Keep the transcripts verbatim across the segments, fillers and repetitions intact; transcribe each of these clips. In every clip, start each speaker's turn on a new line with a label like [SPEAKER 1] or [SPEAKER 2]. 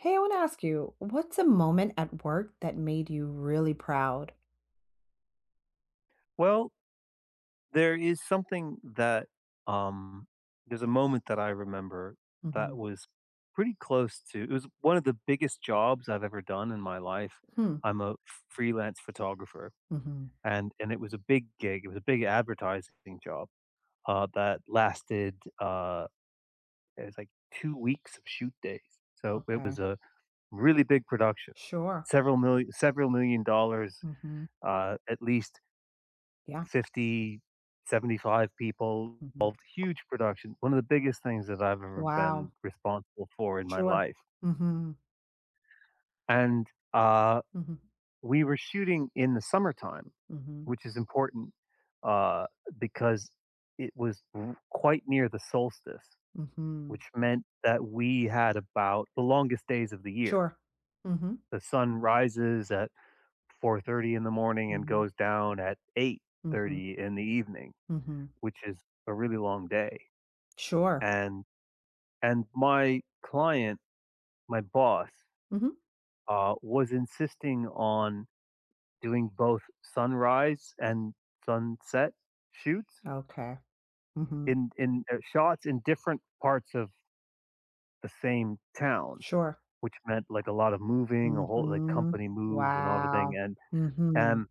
[SPEAKER 1] Hey, I want to ask you, what's a moment at work that made you really proud?
[SPEAKER 2] Well, there is something that um there's a moment that I remember
[SPEAKER 1] Mm-hmm.
[SPEAKER 2] that was pretty close to. It was one of the biggest jobs I've ever done in my life.
[SPEAKER 1] Hmm.
[SPEAKER 2] I'm a freelance photographer,
[SPEAKER 1] Hmm, hmm.
[SPEAKER 2] and and it was a big gig. It was a big advertising job, uh that lasted uh it was like two weeks of shoot days. So it
[SPEAKER 1] Okay.
[SPEAKER 2] was a really big production.
[SPEAKER 1] Sure.
[SPEAKER 2] Several million several million dollars,
[SPEAKER 1] Hmm.
[SPEAKER 2] uh at least.
[SPEAKER 1] Yeah.
[SPEAKER 2] Fifty, seventy-five people
[SPEAKER 1] Hmm.
[SPEAKER 2] involved, huge production, one of the biggest things that I've ever
[SPEAKER 1] Wow.
[SPEAKER 2] been responsible for in my
[SPEAKER 1] Sure.
[SPEAKER 2] life.
[SPEAKER 1] Mm-hmm.
[SPEAKER 2] And uh,
[SPEAKER 1] Hmm,
[SPEAKER 2] we were shooting in the summertime,
[SPEAKER 1] hmm,
[SPEAKER 2] which is important, uh, because it was r- quite near the solstice, which
[SPEAKER 1] hmm.
[SPEAKER 2] meant that we had about the longest days of the year.
[SPEAKER 1] Sure. Hmm,
[SPEAKER 2] The sun rises at four thirty in the morning and
[SPEAKER 1] hmm,
[SPEAKER 2] goes down at
[SPEAKER 1] hmm,
[SPEAKER 2] eight thirty in the evening,
[SPEAKER 1] hmm.
[SPEAKER 2] which is a really long day.
[SPEAKER 1] Sure.
[SPEAKER 2] And And my client, my boss,
[SPEAKER 1] Hmm.
[SPEAKER 2] uh, was insisting on doing both sunrise and sunset shoots,
[SPEAKER 1] Okay. Hmm.
[SPEAKER 2] in in uh, shots in different parts of the same town,
[SPEAKER 1] Sure.
[SPEAKER 2] which meant like a lot of moving, a whole like
[SPEAKER 1] Hmm.
[SPEAKER 2] company moves and everything,
[SPEAKER 1] Wow.
[SPEAKER 2] and
[SPEAKER 1] Hmm.
[SPEAKER 2] and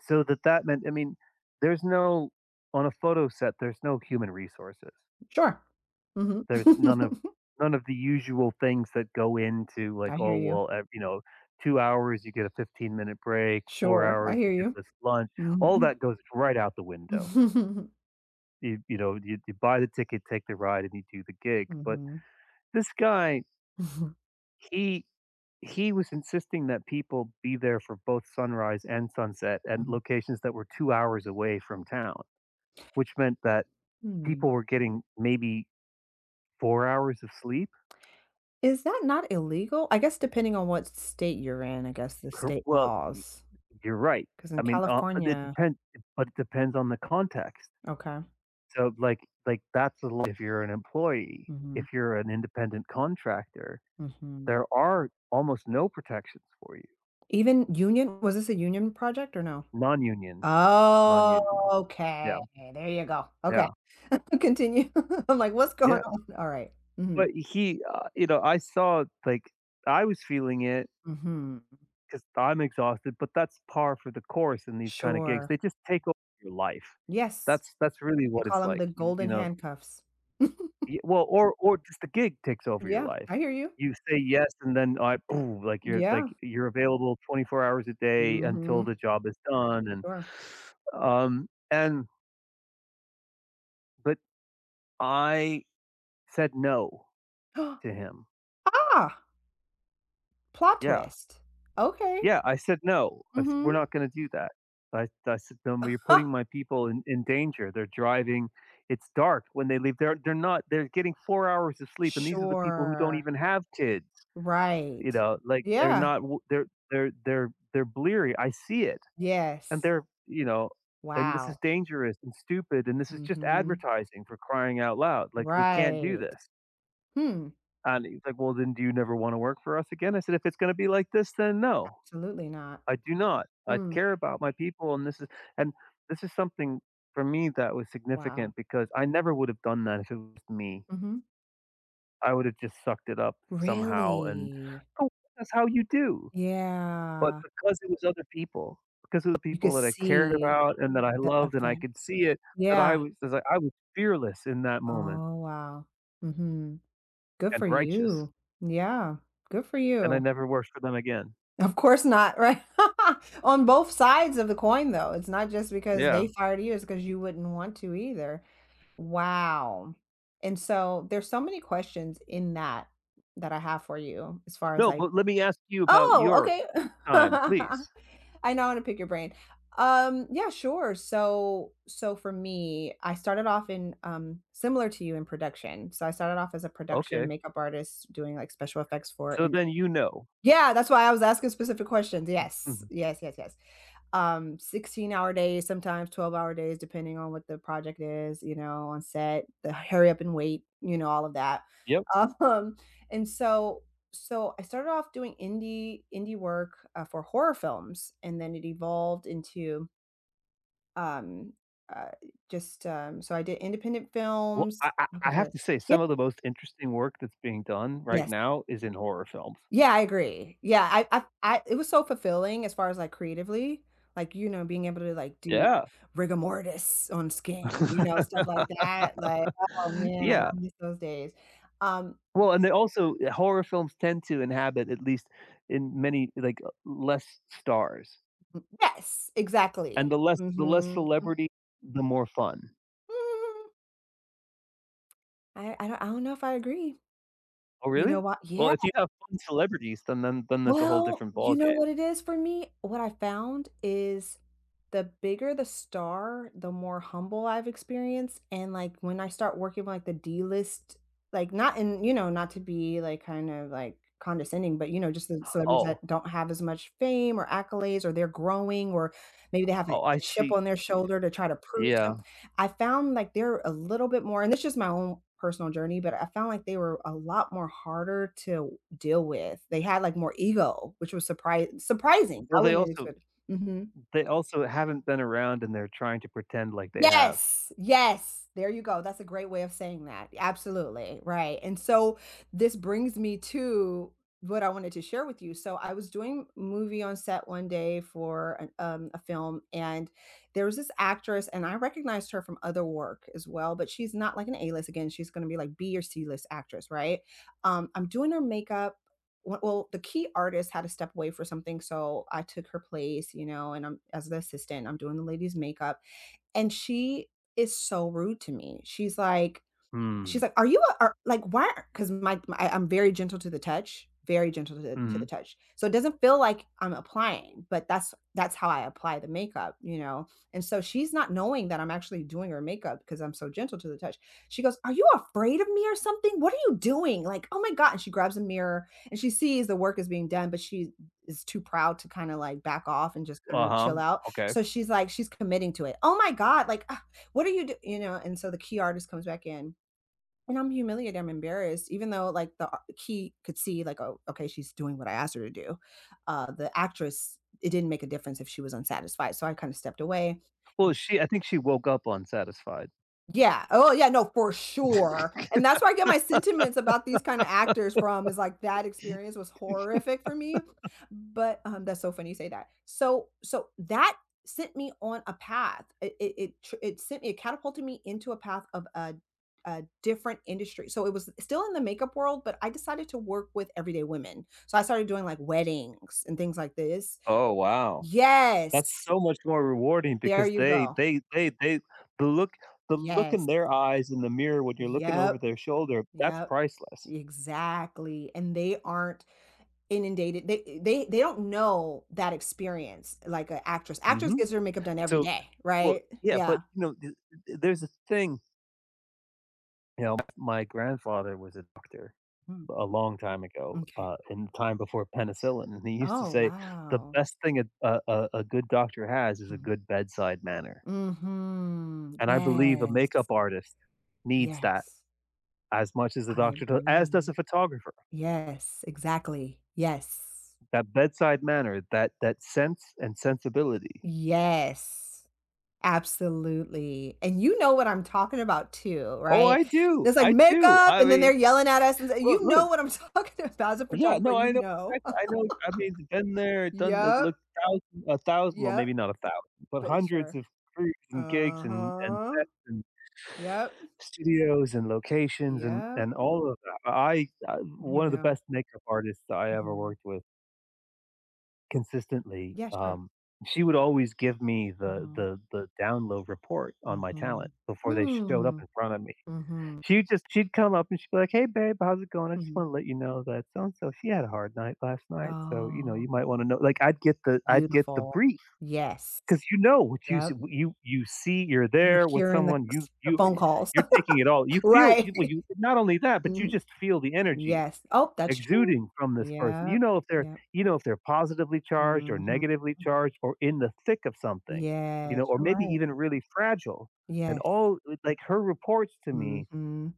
[SPEAKER 2] so that that meant, I mean, there's no on a photo set, there's no human resources.
[SPEAKER 1] Sure. Hmm.
[SPEAKER 2] There's none of none of the usual things that go into
[SPEAKER 1] I
[SPEAKER 2] like,
[SPEAKER 1] hear
[SPEAKER 2] oh,
[SPEAKER 1] you.
[SPEAKER 2] well, ev you know, two hours, you get a fifteen-minute break, four
[SPEAKER 1] Sure. I
[SPEAKER 2] hours, you
[SPEAKER 1] hear
[SPEAKER 2] get
[SPEAKER 1] you.
[SPEAKER 2] this lunch. All
[SPEAKER 1] Hmm.
[SPEAKER 2] that goes right out the window.
[SPEAKER 1] Mhm.
[SPEAKER 2] You you know, you you buy the ticket, take the ride, and you do the gig, but
[SPEAKER 1] Mhm.
[SPEAKER 2] this guy,
[SPEAKER 1] Mhm.
[SPEAKER 2] he he was insisting that people be there for both sunrise and sunset and
[SPEAKER 1] Mhm.
[SPEAKER 2] locations that were two hours away from town, which meant that people
[SPEAKER 1] Hmm.
[SPEAKER 2] were getting maybe four hours of sleep.
[SPEAKER 1] Is that not illegal? I guess depending on what state you're in, I guess the
[SPEAKER 2] Cor
[SPEAKER 1] state
[SPEAKER 2] Well,
[SPEAKER 1] laws.
[SPEAKER 2] you're right.
[SPEAKER 1] Because in
[SPEAKER 2] I mean, uh, it
[SPEAKER 1] California.
[SPEAKER 2] depends, but it depends on the context.
[SPEAKER 1] Okay.
[SPEAKER 2] So, like, like that's a lot. If you're an employee,
[SPEAKER 1] Mhm.
[SPEAKER 2] if you're an independent contractor,
[SPEAKER 1] Mhm.
[SPEAKER 2] there are almost no protections for you.
[SPEAKER 1] Even union, was this a union project or no?
[SPEAKER 2] Non-union,
[SPEAKER 1] Oh,
[SPEAKER 2] non-union.
[SPEAKER 1] okay.
[SPEAKER 2] Yeah,
[SPEAKER 1] There you go. Okay.
[SPEAKER 2] yeah,
[SPEAKER 1] Continue. I'm like, "What's going
[SPEAKER 2] yeah.
[SPEAKER 1] on?" Alright. Mhm.
[SPEAKER 2] But he, uh, you know, I saw like I was feeling it,
[SPEAKER 1] Mhm.
[SPEAKER 2] because I'm exhausted. But that's par for the course in these kind of gigs.
[SPEAKER 1] Sure.
[SPEAKER 2] They just take over your life.
[SPEAKER 1] Yes.
[SPEAKER 2] That's that's really
[SPEAKER 1] They
[SPEAKER 2] what
[SPEAKER 1] call
[SPEAKER 2] it's
[SPEAKER 1] them
[SPEAKER 2] like.
[SPEAKER 1] the
[SPEAKER 2] You, you
[SPEAKER 1] golden
[SPEAKER 2] know,
[SPEAKER 1] handcuffs.
[SPEAKER 2] Ye well, or or just the gig takes over your
[SPEAKER 1] Yeah,
[SPEAKER 2] life.
[SPEAKER 1] I hear you.
[SPEAKER 2] You say yes, and then, I boom, like, you're like,
[SPEAKER 1] Yeah.
[SPEAKER 2] you're available twenty-four hours a day until
[SPEAKER 1] Mhm.
[SPEAKER 2] the job is done, and,
[SPEAKER 1] Sure.
[SPEAKER 2] um, and but I said no to him.
[SPEAKER 1] Ah! Plot
[SPEAKER 2] Yeah.
[SPEAKER 1] twist. Okay.
[SPEAKER 2] Yeah, I said no. I said, "We're
[SPEAKER 1] Mhm.
[SPEAKER 2] not gonna do that." I I said, "No, you're
[SPEAKER 1] Huh.
[SPEAKER 2] putting my people in in danger. They're driving. It's dark when they leave. They're they're not they're getting four hours of sleep, and these are the people who don't
[SPEAKER 1] Sure.
[SPEAKER 2] even have kids. You
[SPEAKER 1] Right.
[SPEAKER 2] know, like, they're
[SPEAKER 1] Yeah.
[SPEAKER 2] not w they're they're they're they're bleary, I see it, and
[SPEAKER 1] Yes.
[SPEAKER 2] they're you know, and this is
[SPEAKER 1] Wow.
[SPEAKER 2] dangerous and stupid, and this is just
[SPEAKER 1] Mhm.
[SPEAKER 2] advertising for crying out loud, like, 'We can't do
[SPEAKER 1] Right.
[SPEAKER 2] this,'"
[SPEAKER 1] Hmm.
[SPEAKER 2] and he's like, "Well, then do you never wanna work for us again?" I said, "If it's gonna be like this, then no,
[SPEAKER 1] Absolutely not.
[SPEAKER 2] I do not. I
[SPEAKER 1] Mm.
[SPEAKER 2] care about my people, and this is" — and this is something for me that was
[SPEAKER 1] Wow.
[SPEAKER 2] significant because I never would have done that if it was me.
[SPEAKER 1] Mhm.
[SPEAKER 2] I would have just sucked it up somehow, and,
[SPEAKER 1] Really?
[SPEAKER 2] oh, that's how you do. But
[SPEAKER 1] Yeah.
[SPEAKER 2] because it was other people, because of the
[SPEAKER 1] You could
[SPEAKER 2] people that I cared
[SPEAKER 1] see
[SPEAKER 2] about and that I
[SPEAKER 1] the
[SPEAKER 2] loved and I
[SPEAKER 1] effect.
[SPEAKER 2] could see it, that I
[SPEAKER 1] Yeah.
[SPEAKER 2] was was like I was fearless in that moment
[SPEAKER 1] Oh, wow. Mhm. Good
[SPEAKER 2] and
[SPEAKER 1] for
[SPEAKER 2] righteous,
[SPEAKER 1] you. Yeah. Good for
[SPEAKER 2] and I
[SPEAKER 1] you.
[SPEAKER 2] never worked for them again.
[SPEAKER 1] Of course not, right? On both sides of the coin, though. It's not just because
[SPEAKER 2] Yeah.
[SPEAKER 1] they fired you, it's because you wouldn't want to either. Wow. And so there's so many questions in that that I have for you as far as
[SPEAKER 2] No,
[SPEAKER 1] like.
[SPEAKER 2] but let me ask you about
[SPEAKER 1] "Oh,
[SPEAKER 2] your
[SPEAKER 1] okay."
[SPEAKER 2] time, please.
[SPEAKER 1] I know I wanna pick your brain. Um, yeah, sure. So so for me, I started off in, um, similar to you in production. So I started off as a production
[SPEAKER 2] Okay.
[SPEAKER 1] makeup artist doing, like, special effects for
[SPEAKER 2] So
[SPEAKER 1] an
[SPEAKER 2] then you know.
[SPEAKER 1] Yeah, that's why I was asking specific questions. Yes.
[SPEAKER 2] Mhm.
[SPEAKER 1] Yes, yes, yes. Um, sixteen-hour days, sometimes twelve-hour days, depending on what the project is, you know, on set, the hurry up and wait, you know, all of that.
[SPEAKER 2] Yep.
[SPEAKER 1] Um, and so so I started off doing indie indie work, uh, for horror films, and then it evolved into, um, uh, just, um. So I did independent
[SPEAKER 2] Well,
[SPEAKER 1] films.
[SPEAKER 2] I I
[SPEAKER 1] Looking
[SPEAKER 2] I have
[SPEAKER 1] for.
[SPEAKER 2] to say
[SPEAKER 1] Yeah.
[SPEAKER 2] some of the most interesting work that's being done right
[SPEAKER 1] Yes.
[SPEAKER 2] now is in horror films.
[SPEAKER 1] Yeah, I agree. Yeah, I I I it was so fulfilling as far as, like, creatively, like, you know, being able to, like, do
[SPEAKER 2] Yeah.
[SPEAKER 1] rigor mortis on skin, you know, stuff like that, like, oh man,
[SPEAKER 2] Yeah.
[SPEAKER 1] I miss those days. Um,
[SPEAKER 2] Well, and they also eh, horror films tend to inhabit, at least in many, like, uh, less stars,
[SPEAKER 1] yes,
[SPEAKER 2] and
[SPEAKER 1] exactly.
[SPEAKER 2] the less the less
[SPEAKER 1] Mhm.
[SPEAKER 2] celebrity, the more fun.
[SPEAKER 1] Mm, I I don't I don't know if I agree.
[SPEAKER 2] Oh,
[SPEAKER 1] You know
[SPEAKER 2] really?
[SPEAKER 1] what?
[SPEAKER 2] Well,
[SPEAKER 1] Yeah.
[SPEAKER 2] if you have fun celebrities, then then then that's a whole
[SPEAKER 1] Well,
[SPEAKER 2] different ball
[SPEAKER 1] you know
[SPEAKER 2] game.
[SPEAKER 1] what it is for me? What I found is the bigger the star, the more humble I've experienced, and, like, when I start working with, like, the D-list, like, not in you know, not to be, like, kind of, like, condescending, but, you know, just the celebrities
[SPEAKER 2] Oh,
[SPEAKER 1] that don't have as much fame or accolades or they're growing or maybe they have a
[SPEAKER 2] oh, I
[SPEAKER 1] a chip
[SPEAKER 2] see.
[SPEAKER 1] on their shoulder to try to prove some.
[SPEAKER 2] Yeah.
[SPEAKER 1] I found, like, they're a little bit more and it's just my own personal journey, but I found like they were a lot more harder to deal with. They had, like, more ego, which was surprise surprising.
[SPEAKER 2] Well,
[SPEAKER 1] I
[SPEAKER 2] they
[SPEAKER 1] wouldn't have
[SPEAKER 2] also
[SPEAKER 1] expected. Mhm.
[SPEAKER 2] they also haven't been around, and they're trying to pretend like they have.
[SPEAKER 1] Yes, yes, there you go, that's a great way of saying that, absolutely, right, and so, this brings me to what I wanted to share with you, so I was doing movie on set one day for an um, a film, and there was this actress, and I recognized her from other work as well, but she's not like an A-list, again, she's gonna be like B or C-list actress, right? Um, I'm doing her makeup w well, the key artist had to step away for something, so I took her place, you know, and I'm as the assistant, I'm doing the lady's makeup, and she is so rude to me. She's like, She's
[SPEAKER 2] Hmm.
[SPEAKER 1] like, "Are you a are like, why. Because my my I I'm very gentle to the touch, very gentle to the to the
[SPEAKER 2] Mhm.
[SPEAKER 1] touch. So it doesn't feel like I'm applying, but that's that's how I apply the makeup, you know?" And so she's not knowing that I'm actually doing her makeup because I'm so gentle to the touch. She goes, "Are you afraid of me or something? What are you doing? Like, oh my god." And she grabs a mirror and she sees the work is being done, but she is too proud to kinda, like, back off and just kind of
[SPEAKER 2] Uh-huh.
[SPEAKER 1] chill out.
[SPEAKER 2] Okay.
[SPEAKER 1] So she's like she's committing to it. "Oh my god, like, ah, what are you doing? You know?" And so the key artist comes back in and I'm humiliated, I'm embarrassed, even though, like, the a he could see, like, "Oh, okay, she's doing what I asked her to do." Uh, the actress, it didn't make a difference if she was unsatisfied, so I kinda stepped away.
[SPEAKER 2] Well, she I think she woke up on Satisfied.
[SPEAKER 1] Yeah. Oh, yeah, no, for sure, and that's where I get my sentiments about these kinda actors from, is, like, that experience was horrific for me, but, um, that's so funny you say that. So so that sent me on a path. It it it tr it sent me it catapulted me into a path of a a different industry. So it was still in the makeup world, but I decided to work with everyday women. So I started doing, like, weddings and things like this.
[SPEAKER 2] Oh, wow. That's
[SPEAKER 1] Yes.
[SPEAKER 2] so much more rewarding
[SPEAKER 1] There
[SPEAKER 2] because
[SPEAKER 1] you
[SPEAKER 2] they
[SPEAKER 1] go.
[SPEAKER 2] they they they the look the look in
[SPEAKER 1] Yes.
[SPEAKER 2] their eyes in the mirror when you're looking over
[SPEAKER 1] Yep.
[SPEAKER 2] their shoulder, that's
[SPEAKER 1] Yep.
[SPEAKER 2] priceless.
[SPEAKER 1] Exactly, and they aren't inundated, they they they don't know that experience like an actress. Actress
[SPEAKER 2] Mhm.
[SPEAKER 1] gets her makeup done every
[SPEAKER 2] So,
[SPEAKER 1] day,
[SPEAKER 2] well,
[SPEAKER 1] right?
[SPEAKER 2] yeah, but,
[SPEAKER 1] Yeah.
[SPEAKER 2] you know, th th there's a thing, you know, my grandfather was a doctor
[SPEAKER 1] Mm,
[SPEAKER 2] a long time ago,
[SPEAKER 1] m'kay.
[SPEAKER 2] uh, in the time before penicillin, and he used to
[SPEAKER 1] Oh,
[SPEAKER 2] say, "The
[SPEAKER 1] wow.
[SPEAKER 2] best thing a a a a good doctor has is a
[SPEAKER 1] Mhm.
[SPEAKER 2] good bedside manner,"
[SPEAKER 1] Mhm.
[SPEAKER 2] and I believe a
[SPEAKER 1] Yes.
[SPEAKER 2] makeup artist needs that
[SPEAKER 1] Yes.
[SPEAKER 2] as much as the
[SPEAKER 1] I
[SPEAKER 2] doctor does, as does a
[SPEAKER 1] agree.
[SPEAKER 2] photographer.
[SPEAKER 1] Yes, exactly. Yes.
[SPEAKER 2] That bedside manner, that that sense and sensibility.
[SPEAKER 1] Yes. Absolutely, and you know what I'm talking about too,
[SPEAKER 2] Oh,
[SPEAKER 1] right?
[SPEAKER 2] I do,
[SPEAKER 1] It's like
[SPEAKER 2] I do.
[SPEAKER 1] makeup,
[SPEAKER 2] I
[SPEAKER 1] and then they're
[SPEAKER 2] mean,
[SPEAKER 1] yelling at us, and
[SPEAKER 2] well,
[SPEAKER 1] you know
[SPEAKER 2] look.
[SPEAKER 1] what I'm talking about as a
[SPEAKER 2] Yeah,
[SPEAKER 1] photographer,
[SPEAKER 2] no,
[SPEAKER 1] you
[SPEAKER 2] I know,
[SPEAKER 1] know.
[SPEAKER 2] exactly I know I mean, been there, done that,
[SPEAKER 1] Yep,
[SPEAKER 2] looked thousand a thousand well,
[SPEAKER 1] yep,
[SPEAKER 2] maybe not a thousand, but
[SPEAKER 1] but
[SPEAKER 2] hundreds
[SPEAKER 1] sure.
[SPEAKER 2] of crews and gigs and and
[SPEAKER 1] Uh-huh.
[SPEAKER 2] sets and
[SPEAKER 1] Yep,
[SPEAKER 2] studios and locations and
[SPEAKER 1] yep,
[SPEAKER 2] and all of that. I I
[SPEAKER 1] you
[SPEAKER 2] One of the
[SPEAKER 1] know.
[SPEAKER 2] best makeup artists I ever
[SPEAKER 1] Mhm.
[SPEAKER 2] worked with consistently,
[SPEAKER 1] Yeah, sure.
[SPEAKER 2] um, she would always give me the
[SPEAKER 1] Mm.
[SPEAKER 2] the the down low report on my
[SPEAKER 1] Mhm,
[SPEAKER 2] talent
[SPEAKER 1] mm,
[SPEAKER 2] before they showed up
[SPEAKER 1] mhm.
[SPEAKER 2] in front of me.
[SPEAKER 1] Mm, mhm,
[SPEAKER 2] She just she'd come up and she'd be like, "Hey, babe, how's it going? I
[SPEAKER 1] mm,
[SPEAKER 2] just
[SPEAKER 1] mhm.
[SPEAKER 2] wanna let you know that so and so, she had a hard night last night, so, you know,
[SPEAKER 1] Oh,
[SPEAKER 2] you might wanna know," like, I'd get the I'd get the
[SPEAKER 1] beautiful.
[SPEAKER 2] brief,
[SPEAKER 1] Yes,
[SPEAKER 2] because you know what you see,
[SPEAKER 1] yep,
[SPEAKER 2] you you see, you're
[SPEAKER 1] you're
[SPEAKER 2] there with
[SPEAKER 1] hearing the
[SPEAKER 2] someone, you
[SPEAKER 1] the phone
[SPEAKER 2] you
[SPEAKER 1] calls.
[SPEAKER 2] you're taking it all. You feel
[SPEAKER 1] Right.
[SPEAKER 2] you well, you Not only that, but you just feel the energy
[SPEAKER 1] Yes. Oh, that's true.
[SPEAKER 2] exuding from this person.
[SPEAKER 1] Yep,
[SPEAKER 2] You know if they're
[SPEAKER 1] yep.
[SPEAKER 2] you know if they're positively charged or
[SPEAKER 1] Mhm.
[SPEAKER 2] negatively charged or in the thick of something, you
[SPEAKER 1] Yes,
[SPEAKER 2] know, or
[SPEAKER 1] you're
[SPEAKER 2] maybe
[SPEAKER 1] right.
[SPEAKER 2] even really fragile. And
[SPEAKER 1] Yes.
[SPEAKER 2] all like, her reports to me
[SPEAKER 1] Mhm.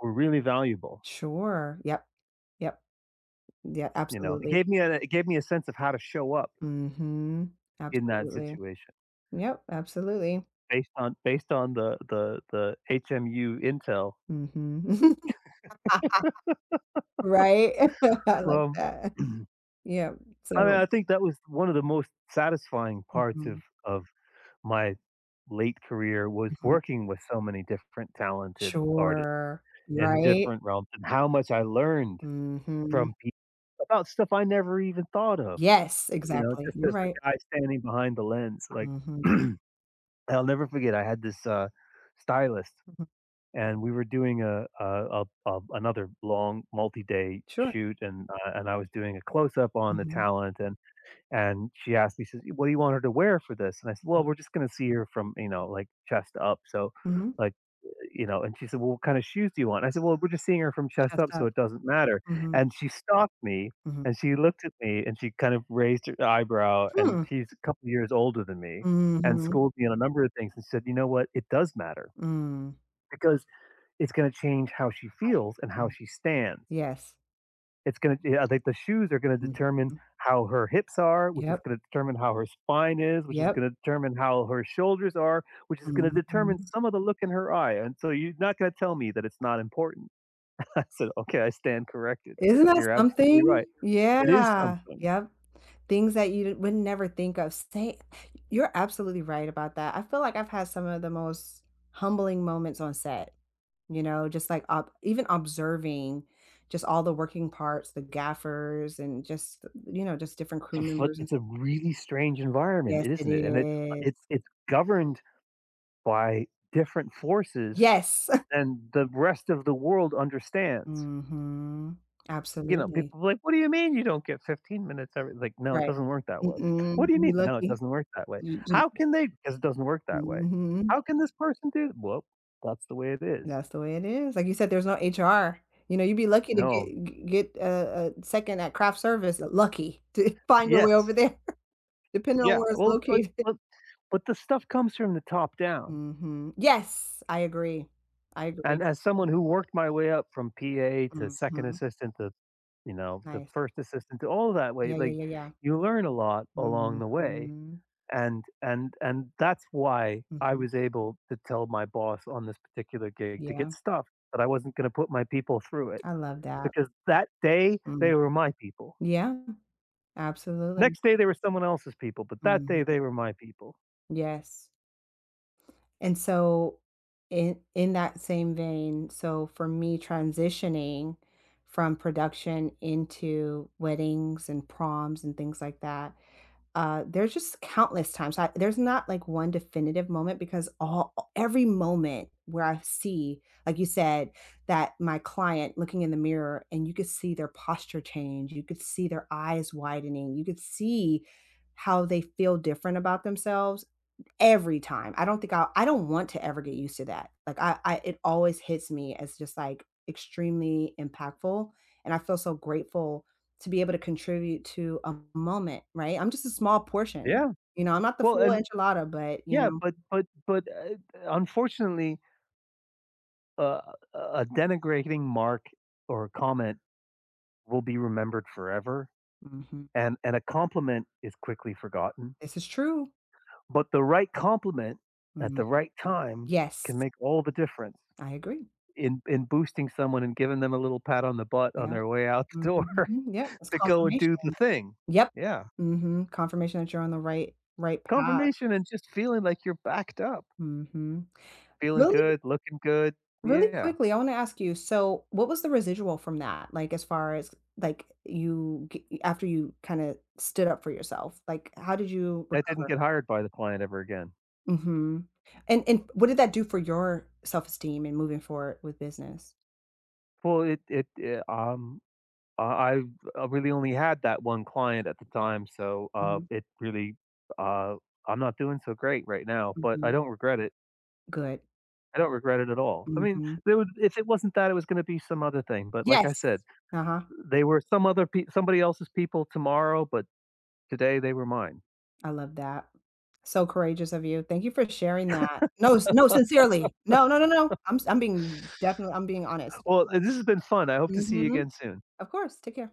[SPEAKER 2] were really valuable,
[SPEAKER 1] Sure. Yep. Yep. Yeah,
[SPEAKER 2] you know? It
[SPEAKER 1] absolutely.
[SPEAKER 2] gave me a it gave me a sense of how to show up
[SPEAKER 1] Mhm.
[SPEAKER 2] in that
[SPEAKER 1] Absolutely.
[SPEAKER 2] situation
[SPEAKER 1] Yep, absolutely.
[SPEAKER 2] based on based on the the the H M U intel.
[SPEAKER 1] Mhm. Right? I like
[SPEAKER 2] Well,
[SPEAKER 1] that. Yep.
[SPEAKER 2] I mean,
[SPEAKER 1] So.
[SPEAKER 2] I think that was one of the most satisfying parts
[SPEAKER 1] Mhm,
[SPEAKER 2] of of my late career, was
[SPEAKER 1] mhm.
[SPEAKER 2] working with so many different talented artists
[SPEAKER 1] Sure.
[SPEAKER 2] in
[SPEAKER 1] Right?
[SPEAKER 2] different realms, and how much I learned
[SPEAKER 1] Mhm.
[SPEAKER 2] from people about stuff I never even thought of,
[SPEAKER 1] Yes,
[SPEAKER 2] you know,
[SPEAKER 1] exactly.
[SPEAKER 2] just
[SPEAKER 1] You're
[SPEAKER 2] as the
[SPEAKER 1] right.
[SPEAKER 2] guy standing behind the lens. Like,
[SPEAKER 1] Mhm,
[SPEAKER 2] I'll never forget, I had this, uh, stylist,
[SPEAKER 1] mhm.
[SPEAKER 2] and we were doing a a a a another long multi-day
[SPEAKER 1] Sure.
[SPEAKER 2] shoot, and, uh, and I was doing a close-up on the
[SPEAKER 1] Mhm,
[SPEAKER 2] talent, and and she asked me, she says, "What do you want her to wear for this?" And I said, "Well,
[SPEAKER 1] mm,
[SPEAKER 2] we're just gonna see her from, you know, like, chest up, so,
[SPEAKER 1] mhm.
[SPEAKER 2] like, eh, you know." And she said, "Well, what kind of shoes do you want?" I said, "Well, we're just seeing her from chest
[SPEAKER 1] Chest
[SPEAKER 2] up,
[SPEAKER 1] up.
[SPEAKER 2] so it doesn't matter."
[SPEAKER 1] Mhm,
[SPEAKER 2] And she stopped me,
[SPEAKER 1] mhm.
[SPEAKER 2] and she looked at me, and she kind of raised her eyebrow, and
[SPEAKER 1] Hmm.
[SPEAKER 2] she's a couple years older than me, and
[SPEAKER 1] Mhm,
[SPEAKER 2] schooled me on a number of things, and said, "You know what? It does matter,
[SPEAKER 1] mm.
[SPEAKER 2] because it's going to change how she feels and how
[SPEAKER 1] Mm.
[SPEAKER 2] she stands.
[SPEAKER 1] Yes.
[SPEAKER 2] It's going to, like, the shoes are going to
[SPEAKER 1] Mhm.
[SPEAKER 2] determine how her hips are, which is
[SPEAKER 1] Yep,
[SPEAKER 2] going to determine how her spine is, which is
[SPEAKER 1] yep.
[SPEAKER 2] going to determine how her shoulders are, which is going to determine
[SPEAKER 1] Mhm.
[SPEAKER 2] some of the look in her eye. And so you're not going to tell me that it's not important." I said, okay, I stand corrected.
[SPEAKER 1] Isn't that
[SPEAKER 2] You're absolutely
[SPEAKER 1] something?
[SPEAKER 2] right. It is
[SPEAKER 1] Yeah.
[SPEAKER 2] something.
[SPEAKER 1] Yep. Things that you would never think of. Say you're absolutely right about that. I feel like I've had some of the most humbling moments on set, you know, just like ob even observing just all the working parts, the gaffers, and just, you know, just different crew
[SPEAKER 2] It's a, fu-
[SPEAKER 1] members and.
[SPEAKER 2] it's a really strange environment,
[SPEAKER 1] Yes, it
[SPEAKER 2] isn't it? And it's
[SPEAKER 1] is.
[SPEAKER 2] it's it's governed by different forces
[SPEAKER 1] Yes.
[SPEAKER 2] than the rest of the world understands.
[SPEAKER 1] Mhm.
[SPEAKER 2] You know,
[SPEAKER 1] Absolutely.
[SPEAKER 2] people were like, "What do you mean you don't get fifteen minutes every," like, "No, it
[SPEAKER 1] Right.
[SPEAKER 2] doesn't work that way." "What
[SPEAKER 1] Mm-mm.
[SPEAKER 2] do you
[SPEAKER 1] You'd be
[SPEAKER 2] mean?" "No, it
[SPEAKER 1] lucky.
[SPEAKER 2] doesn't work that way."
[SPEAKER 1] You you.
[SPEAKER 2] "How can they?" "'Cause it doesn't work that way."
[SPEAKER 1] Mhm.
[SPEAKER 2] "How can this person do?" "Well, that's the way it is."
[SPEAKER 1] That's the way it is. Like you said, there's no H R. You know, you'd be lucky to
[SPEAKER 2] "No."
[SPEAKER 1] get get a a second at craft service, lucky to find your way
[SPEAKER 2] "Yes."
[SPEAKER 1] over there, depending on
[SPEAKER 2] Yeah,
[SPEAKER 1] where it's
[SPEAKER 2] well, but
[SPEAKER 1] located.
[SPEAKER 2] but but the stuff comes from the top down,
[SPEAKER 1] Mhm. Yes, I agree. I agree.
[SPEAKER 2] and as someone who worked my way up from P A to second
[SPEAKER 1] Mhm.
[SPEAKER 2] assistant, to, you know, to
[SPEAKER 1] Nice.
[SPEAKER 2] first assistant, to all that way,
[SPEAKER 1] Yeah, yeah,
[SPEAKER 2] like,
[SPEAKER 1] yeah, yeah.
[SPEAKER 2] you learn a lot along the way,
[SPEAKER 1] Mhm.
[SPEAKER 2] and and and that's why I
[SPEAKER 1] Mhm.
[SPEAKER 2] was able to tell my boss on this particular gig to
[SPEAKER 1] Yeah.
[SPEAKER 2] get stuffed, that I wasn't gonna put my people through it,
[SPEAKER 1] I love that.
[SPEAKER 2] because that day,
[SPEAKER 1] Mhm.
[SPEAKER 2] they were my people.
[SPEAKER 1] Yeah, absolutely.
[SPEAKER 2] Next day, they were someone else's people, but that
[SPEAKER 1] Mhm.
[SPEAKER 2] day, they were my people.
[SPEAKER 1] Yes. And so in in that same vein, so for me transitioning from production into weddings and proms and things like that, uh, there's just countless times. I, there's not like one definitive moment because all every moment where I see, like you said, that my client looking in the mirror and you could see their posture change, you could see their eyes widening, you could see how they feel different about themselves. Every time. I don't think I'll I don't want to ever get used to that. Like, I I it always hits me as just, like, extremely impactful, and I feel so grateful to be able to contribute to a moment, right? I'm just a small portion,
[SPEAKER 2] Yeah.
[SPEAKER 1] you know, I'm not the
[SPEAKER 2] Well,
[SPEAKER 1] full
[SPEAKER 2] and
[SPEAKER 1] enchilada, but, you
[SPEAKER 2] yeah,
[SPEAKER 1] know.
[SPEAKER 2] but but but, uh, unfortunately, uh, a denigrating mark or a comment will be remembered forever,
[SPEAKER 1] Mhm.
[SPEAKER 2] and and a compliment is quickly forgotten.
[SPEAKER 1] This is true.
[SPEAKER 2] But the right compliment at the
[SPEAKER 1] Mhm.
[SPEAKER 2] right time can
[SPEAKER 1] Yes,
[SPEAKER 2] make all the difference
[SPEAKER 1] I agree.
[SPEAKER 2] in in boosting someone and giving them a little pat on the butt on
[SPEAKER 1] Yeah.
[SPEAKER 2] their way out the door
[SPEAKER 1] Mhm. Yep, it's
[SPEAKER 2] to go and do the
[SPEAKER 1] confirmation.
[SPEAKER 2] thing.
[SPEAKER 1] Yep.
[SPEAKER 2] Yeah.
[SPEAKER 1] Mhm, confirmation that you're on the right right path.
[SPEAKER 2] Confirmation and just feeling like you're backed up,
[SPEAKER 1] Mhm.
[SPEAKER 2] feeling
[SPEAKER 1] Really?
[SPEAKER 2] good, looking good.
[SPEAKER 1] Really
[SPEAKER 2] Yeah.
[SPEAKER 1] quickly, I wanna ask you, so what was the residual from that? Like, as far as, like, you g after you kinda stood up for yourself, like, how did you
[SPEAKER 2] I didn't
[SPEAKER 1] recover?
[SPEAKER 2] get hired by the client ever again.
[SPEAKER 1] Mhm. And and what did that do for your self-esteem and moving forward with business?
[SPEAKER 2] Well, it it, eh, um, I I really only had that one client at the time, so, uh,
[SPEAKER 1] Mhm,
[SPEAKER 2] it really, uh I'm not doing so great right now, but I
[SPEAKER 1] mhm.
[SPEAKER 2] don't regret it.
[SPEAKER 1] Good.
[SPEAKER 2] I don't regret it at all. I mean,
[SPEAKER 1] Mhm.
[SPEAKER 2] there would if it wasn't that, it was gonna be some other thing, but like I
[SPEAKER 1] Yes.
[SPEAKER 2] said,
[SPEAKER 1] Uh-huh.
[SPEAKER 2] they were some other peo somebody else's people tomorrow, but today they were mine.
[SPEAKER 1] I love that. So courageous of you. Thank you for sharing that. No, s no, sincerely. No, no, no, no. I'm s I'm being definitely, I'm being honest.
[SPEAKER 2] Well, this has been fun. I hope to see you
[SPEAKER 1] Mhm.
[SPEAKER 2] again soon.
[SPEAKER 1] Of course. Take care.